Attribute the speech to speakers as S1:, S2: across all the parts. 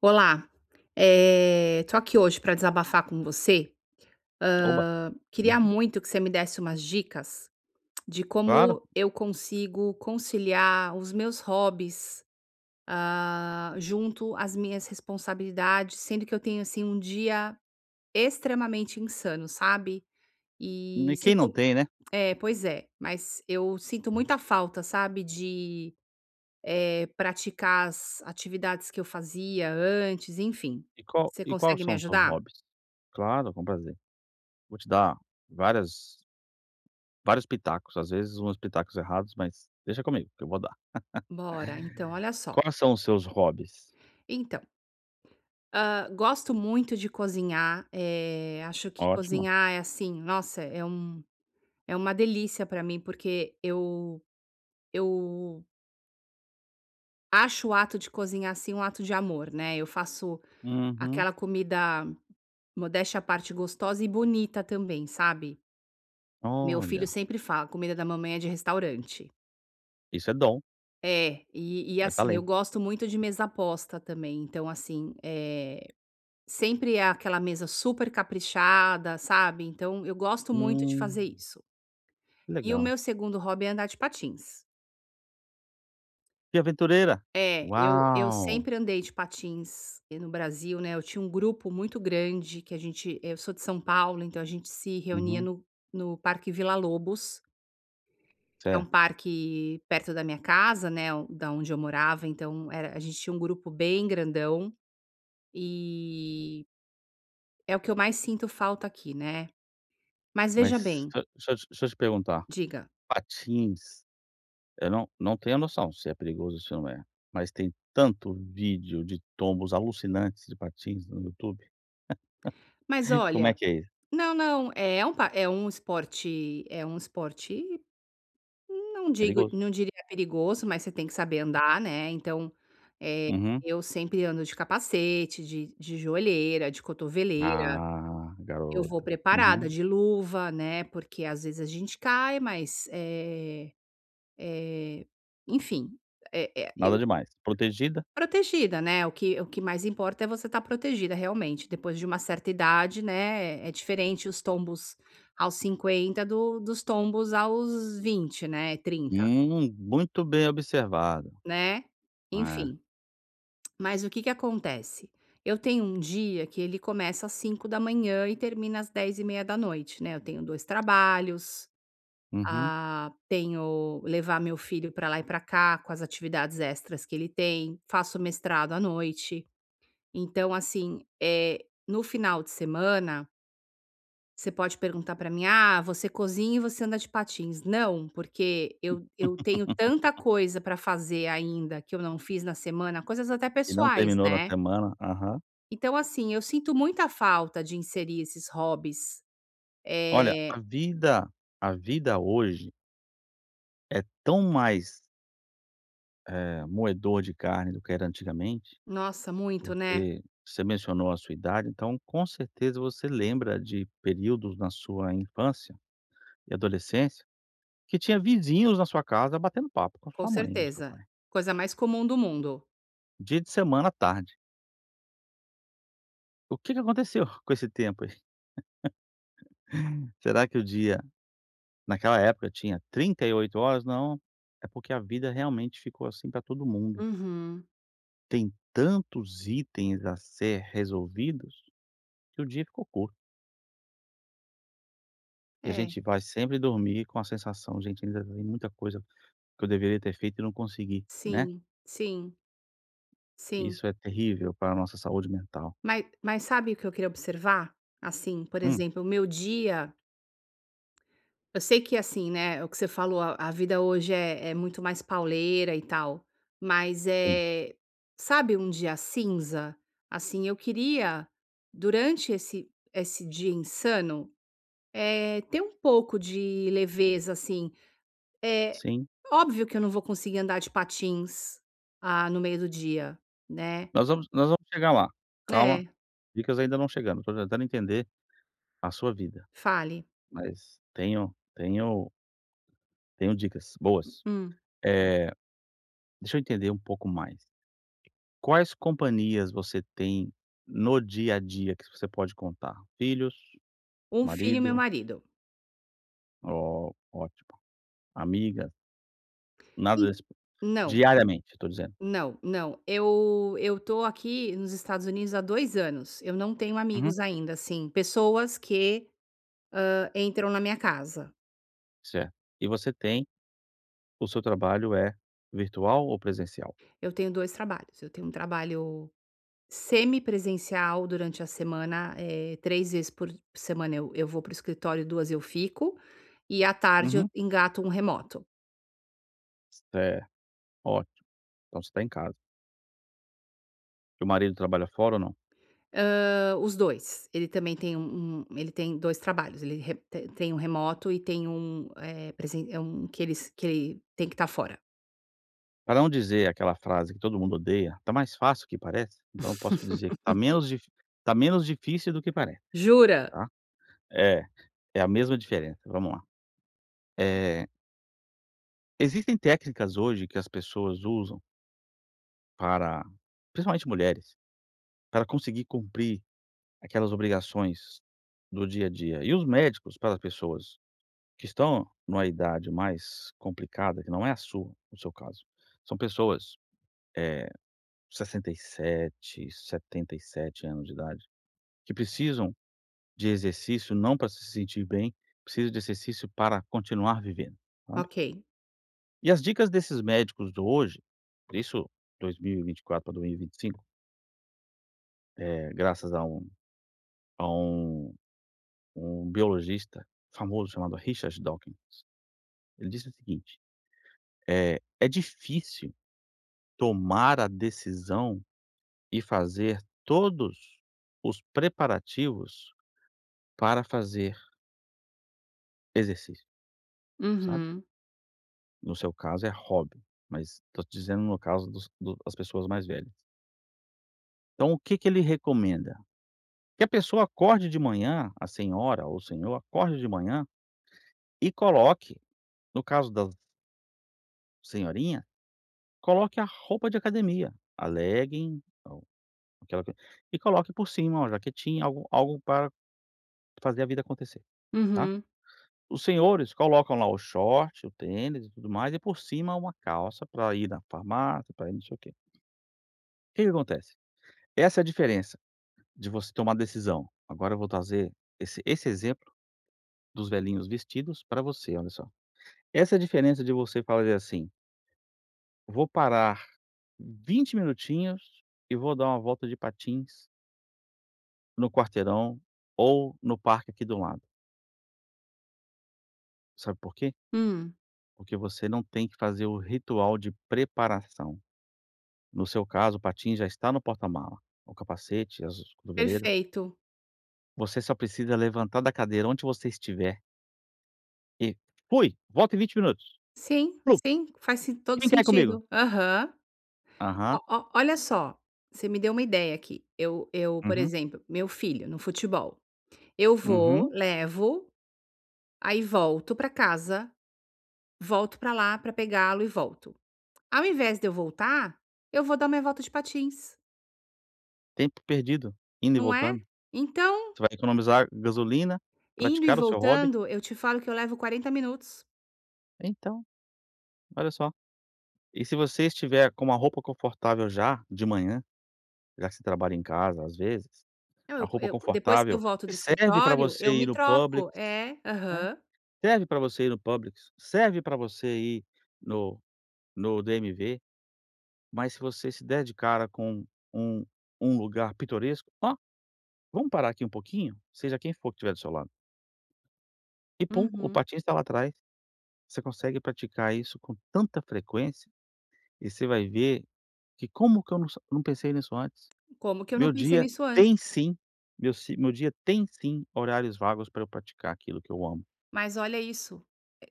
S1: Olá, tô aqui hoje para desabafar com você.
S2: Oba!
S1: Queria
S2: Uhum.
S1: muito que você me desse umas dicas de
S2: Claro,
S1: como eu consigo conciliar os meus hobbies, junto às minhas responsabilidades, sendo que eu tenho, assim, um dia extremamente insano, sabe. E
S2: e quem não
S1: sinto
S2: tem, né?
S1: é, pois é, mas eu sinto muita falta, sabe, de, praticar as atividades que eu fazia antes, enfim.
S2: E qual
S1: Você
S2: e quais
S1: consegue me
S2: são os seus
S1: ajudar?
S2: hobbies? Claro, com prazer. Vou te dar várias vários pitacos, às vezes uns pitacos errados, mas deixa comigo que eu vou dar.
S1: Bora, então, olha só.
S2: Quais são os seus hobbies?
S1: Então, gosto muito de cozinhar, acho que
S2: Ótimo.
S1: cozinhar é assim, nossa, é uma delícia pra mim, porque eu acho o ato de cozinhar, assim, um ato de amor, né. Eu faço
S2: Uhum.
S1: aquela comida, modéstia à parte, gostosa e bonita também, sabe. Meu filho
S2: Olha,
S1: sempre fala: "Comida da mamãe é de restaurante".
S2: isso é dom,
S1: É, e
S2: é
S1: assim, eu
S2: talento.
S1: gosto muito de mesa posta também, então assim, sempre é aquela mesa super caprichada, sabe, então eu gosto muito de
S2: Hum,
S1: fazer isso.
S2: que
S1: E o
S2: legal.
S1: meu segundo hobby é andar de patins.
S2: E aventureira?
S1: É, eu
S2: Uau!
S1: sempre andei de patins, no Brasil, né, eu tinha um grupo muito grande que a gente eu sou de São Paulo, então a gente se reunia
S2: Uhum,
S1: no Parque Vila Lobos, que é um
S2: certo.
S1: parque perto da minha casa, né, da onde eu morava, então era a gente tinha um grupo bem grandão, e é o que eu mais sinto falta aqui, né. Mas veja
S2: Mas
S1: bem,
S2: deixa eu te perguntar,
S1: diga.
S2: patins. Eu não tenho a noção se é perigoso ou se não é, mas tem tanto vídeo de tombos alucinantes de patins no YouTube.
S1: Mas
S2: Como é
S1: olha,
S2: que é isso?
S1: não, não, é um pa é um esporte,
S2: Perigoso.
S1: não diria perigoso, mas você tem que saber andar, né, então, eh,
S2: Uhum.
S1: eu sempre ando de capacete, de joelheira, de cotoveleira,
S2: Ah,
S1: eu vou
S2: garota.
S1: preparada,
S2: Uhum.
S1: de luva, né, porque às vezes a gente cai, mas, eh, enfim, eh eh, eu
S2: Nada demais. Protegida?
S1: protegida, né, o que mais importa é você estar protegida realmente, depois de uma certa idade, né, é diferente os tombos aos 50 do dos tombos aos 20, né, 30,
S2: Muito bem observado.
S1: né.
S2: É.
S1: Enfim, mas o que que acontece? Eu tenho um dia que ele começa às 5 da manhã e termina às 22:30 da noite, né, eu tenho 2 trabalhos,
S2: Uhum.
S1: tenho levar meu filho para lá e para cá com as atividades extras que ele tem, faço mestrado à noite. Então, assim, é no final de semana, você pode perguntar para mim: "Ah, você cozinha e você anda de patins". Não, porque eu tenho tanta coisa para fazer ainda que eu não fiz na semana, coisas até
S2: E não
S1: pessoais,
S2: terminou na
S1: né.
S2: semana. Aham.
S1: Então, assim, eu sinto muita falta de inserir esses hobbies.
S2: Olha,
S1: É.
S2: a vida hoje é tão mais, moedor de carne do que era antigamente.
S1: Nossa, muito, né.
S2: Porque você mencionou a sua idade, então com certeza você lembra de períodos na sua infância e adolescência que tinha vizinhos na sua casa batendo papo com
S1: Com
S2: sua mãe e o seu
S1: certeza.
S2: pai.
S1: Coisa mais comum do mundo.
S2: Dia de semana à tarde. O que que aconteceu com esse tempo aí? Será que o dia naquela época tinha 38 horas? Não, é porque a vida realmente ficou assim para todo mundo.
S1: Uhum.
S2: Tem tantos itens a ser resolvidos que o dia ficou curto. E a
S1: É,
S2: gente vai sempre dormir com a sensação, gente, ainda tem muita coisa que eu deveria ter feito e não consegui, né.
S1: sim, sim, sim.
S2: Isso é terrível para a nossa saúde mental.
S1: Mas sabe o que eu queria observar? Assim, por
S2: Hum,
S1: exemplo, o meu dia eu sei que, assim, né, é o que você falou, a vida hoje é muito mais pauleira e tal, mas,
S2: sim,
S1: sabe um dia cinza? Assim, eu queria, durante esse dia insano, ter um pouco de leveza, assim. É
S2: sim.
S1: óbvio que eu não vou conseguir andar de patins, no meio do dia, né.
S2: Nós vamos chegar lá. Calma,
S1: É,
S2: dicas ainda não chegando, estou tentando entender a sua vida,
S1: fale.
S2: mas tenho dicas boas.
S1: Hum.
S2: Eh, deixa eu entender um pouco mais. Quais companhias você tem no dia a dia que você pode contar? Filhos,
S1: Um filho e meu
S2: marido?
S1: marido.
S2: Ó, ótimo. Amiga. Nada
S1: En
S2: desse
S1: não,
S2: diariamente, estou dizendo.
S1: não, não. Eu tô aqui nos Estados Unidos há 2 anos. Eu não tenho
S2: Uhum,
S1: amigos ainda, assim, pessoas que, entram na minha casa.
S2: certo. E você tem. O seu trabalho é virtual ou presencial?
S1: Eu tenho 2 trabalhos. Eu tenho um trabalho semi-presencial durante a semana, 3 vezes por semana eu vou para o escritório, 2 eu fico, e à tarde eu
S2: Uhum.
S1: engato um remoto.
S2: Certo, ótimo. Então você está em casa. Seu marido trabalha fora ou não?
S1: Hã, os 2 Ele também tem 2 trabalhos, ele re te tem um remoto e tem um, eh, presen é um que ele tem que estar fora.
S2: Para não dizer aquela frase que todo mundo odeia, está mais fácil que parece, então eu posso dizer que está menos dif está menos difícil do que parece,
S1: Jura?
S2: tá. É, é a mesma diferença, vamos lá. Eh, existem técnicas hoje que as pessoas usam para, principalmente mulheres, para conseguir cumprir aquelas obrigações do dia a dia, e os médicos para as pessoas que estão numa idade mais complicada, que não é a sua, no seu caso. São pessoas 67, 77 anos de idade, que precisam de exercício não para se sentir bem, precisam de exercício para continuar vivendo, sabe.
S1: Ok.
S2: E as dicas desses médicos de hoje, por isso 2024 para 2025, é graças a a um um biologista famoso chamado Richard Dawkins, ele disse o seguinte: é difícil tomar a decisão e fazer todos os preparativos para fazer exercício, sabe.
S1: Uhum,
S2: No seu caso é hobby, mas tô te dizendo no caso dos do das pessoas mais velhas. Então o que que ele recomenda? Que a pessoa acorde de manhã, a senhora ou o senhor acorde de manhã e coloque, no caso da senhorinha, coloque a roupa de academia, a legging ou aquela coisa, e coloque por cima uma jaquetinha, algo para fazer a vida acontecer, tá.
S1: uhum,
S2: Os senhores colocam lá o short, o tênis e tudo mais, e por cima uma calça para ir na farmácia, para ir não sei o quê. O que que acontece? Essa é a diferença de você tomar decisão. Agora eu vou trazer esse exemplo dos velhinhos vestidos para você, olha só. Essa é a diferença de você falar assim: "Vou parar 20 minutinhos e vou dar uma volta de patins no quarteirão ou no parque aqui do lado". Sabe por quê?
S1: hum,
S2: Porque você não tem que fazer o ritual de preparação. No seu caso, o patim já está no porta-mala, o capacete, as cotoveleiras.
S1: perfeito.
S2: Você só precisa levantar da cadeira onde você estiver e "Fui, volto em 20 minutos.
S1: Sim,
S2: Plu,
S1: sim, faz sim todo
S2: quem quer ir comigo?"
S1: sentido. Aham.
S2: Aham,
S1: Ó ó olha só, você me deu uma ideia aqui. Eu, por
S2: uhum,
S1: exemplo, meu filho no futebol, eu vou,
S2: uhum.
S1: levo, aí volto para casa, volto para lá para pegá-lo e volto. Ao invés de eu voltar, eu vou dar minha volta de patins,
S2: Tempo perdido, indo e
S1: não é?
S2: voltando.
S1: Então,
S2: Você vai economizar gasolina,
S1: indo e
S2: praticar o seu hobby.
S1: voltando, eu te falo que eu levo 40 minutos.
S2: Então, olha só. E se você estiver com uma roupa confortável já, de manhã, já que você trabalha em casa, às vezes,
S1: Não,
S2: a
S1: eu
S2: roupa
S1: eu depois que eu
S2: confortável
S1: volto
S2: que
S1: do
S2: serve para
S1: escritório,
S2: você
S1: eu
S2: ir
S1: me
S2: no Publix,
S1: troco. É,
S2: né.
S1: aham.
S2: Serve para você ir no Publix, serve para você ir no no DMV, mas se você se der de cara com um um lugar pitoresco: "Ó, vamos parar aqui um pouquinho?", seja quem for que estiver do seu lado. E pum, o
S1: Uhum.
S2: patins está lá atrás. Você consegue praticar isso com tanta frequência e você vai ver que como que eu não pensei nisso antes?
S1: Como que eu não
S2: Meu
S1: pensei
S2: dia
S1: nisso antes?
S2: tem sim, meu dia tem sim horários vagos para eu praticar aquilo que eu amo.
S1: Mas olha isso,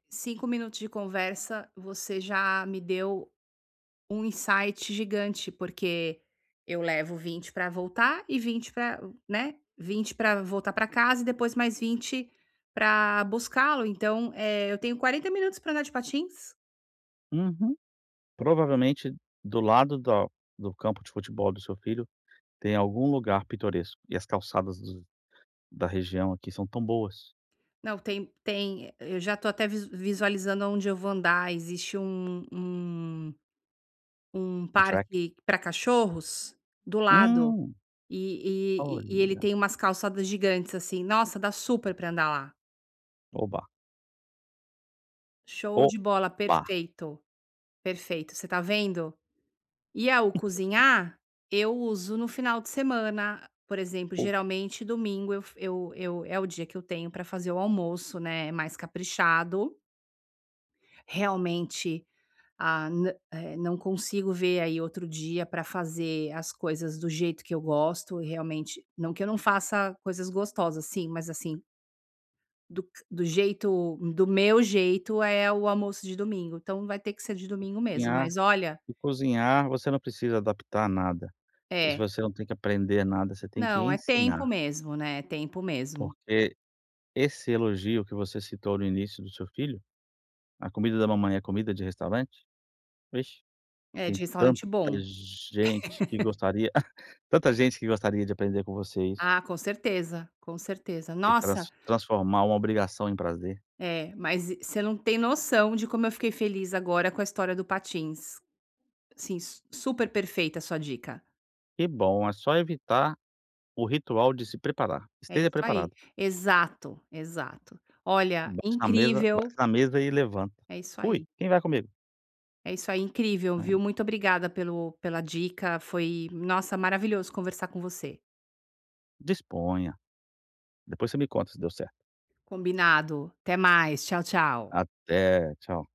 S1: 5 minutos de conversa, você já me deu um insight gigante, porque eu levo 20 para voltar e 20 para, né, 20 para voltar para casa e depois mais 20 para buscá-lo, então, eu tenho 40 minutos para andar de patins.
S2: Uhum. Provavelmente do lado da do campo de futebol do seu filho. Tem algum lugar pitoresco. E as calçadas dos da região aqui são tão boas.
S1: Não, tem, tem, eu já tô até visualizando onde eu vou andar, existe um
S2: Um track.
S1: parque para cachorros do lado,
S2: Hum,
S1: e ele
S2: olha.
S1: tem umas calçadas gigantes, assim, nossa, dá super pra andar lá.
S2: Oba,
S1: Show de bola,
S2: oba.
S1: perfeito. Perfeito, você tá vendo? E ao cozinhar, eu uso no final de semana, por exemplo,
S2: O
S1: geralmente domingo eu f eu é o dia que eu tenho para fazer o almoço, né, é mais caprichado. Realmente, não consigo ver aí outro dia para fazer as coisas do jeito que eu gosto, realmente não que eu não faça coisas gostosas, sim, mas assim, do meu jeito é o almoço de domingo, então vai ter que ser de domingo mesmo,
S2: Cozinhar
S1: mas olha,
S2: o cozinhar você não precisa adaptar nada. E se
S1: é.
S2: você não tem que aprender nada, você tem que
S1: Não, é tempo
S2: ensinar.
S1: mesmo, né, é tempo mesmo.
S2: Porque esse elogio que você citou no início do seu filho, a comida da mamãe é comida de restaurante? Vixe,
S1: É,
S2: tem
S1: de
S2: tanta
S1: restaurante bom.
S2: gente que gostaria tanta gente que gostaria de aprender com você isso,
S1: Ah, com certeza, com certeza.
S2: que
S1: Nossa,
S2: transformar uma obrigação em prazer.
S1: mas você não tem noção de como eu fiquei feliz agora com a história do patins. Sim, su super perfeita a sua dica.
S2: Que bom, é só evitar o ritual de se preparar.
S1: É
S2: Esteja
S1: isso aí.
S2: preparado.
S1: Exato, exato. Olha,
S2: Bate na mesa
S1: incrível.
S2: bate na mesa e levanta.
S1: É isso
S2: "Fui,
S1: aí.
S2: quem vai comigo?"
S1: É isso aí, incrível,
S2: "Ah,
S1: viu. Muito obrigada pelo pela dica, foi, nossa, maravilhoso conversar com você.
S2: disponha. Depois você me conta se deu certo".
S1: Combinado. Até mais. Tchau, tchau.
S2: Até, tchau.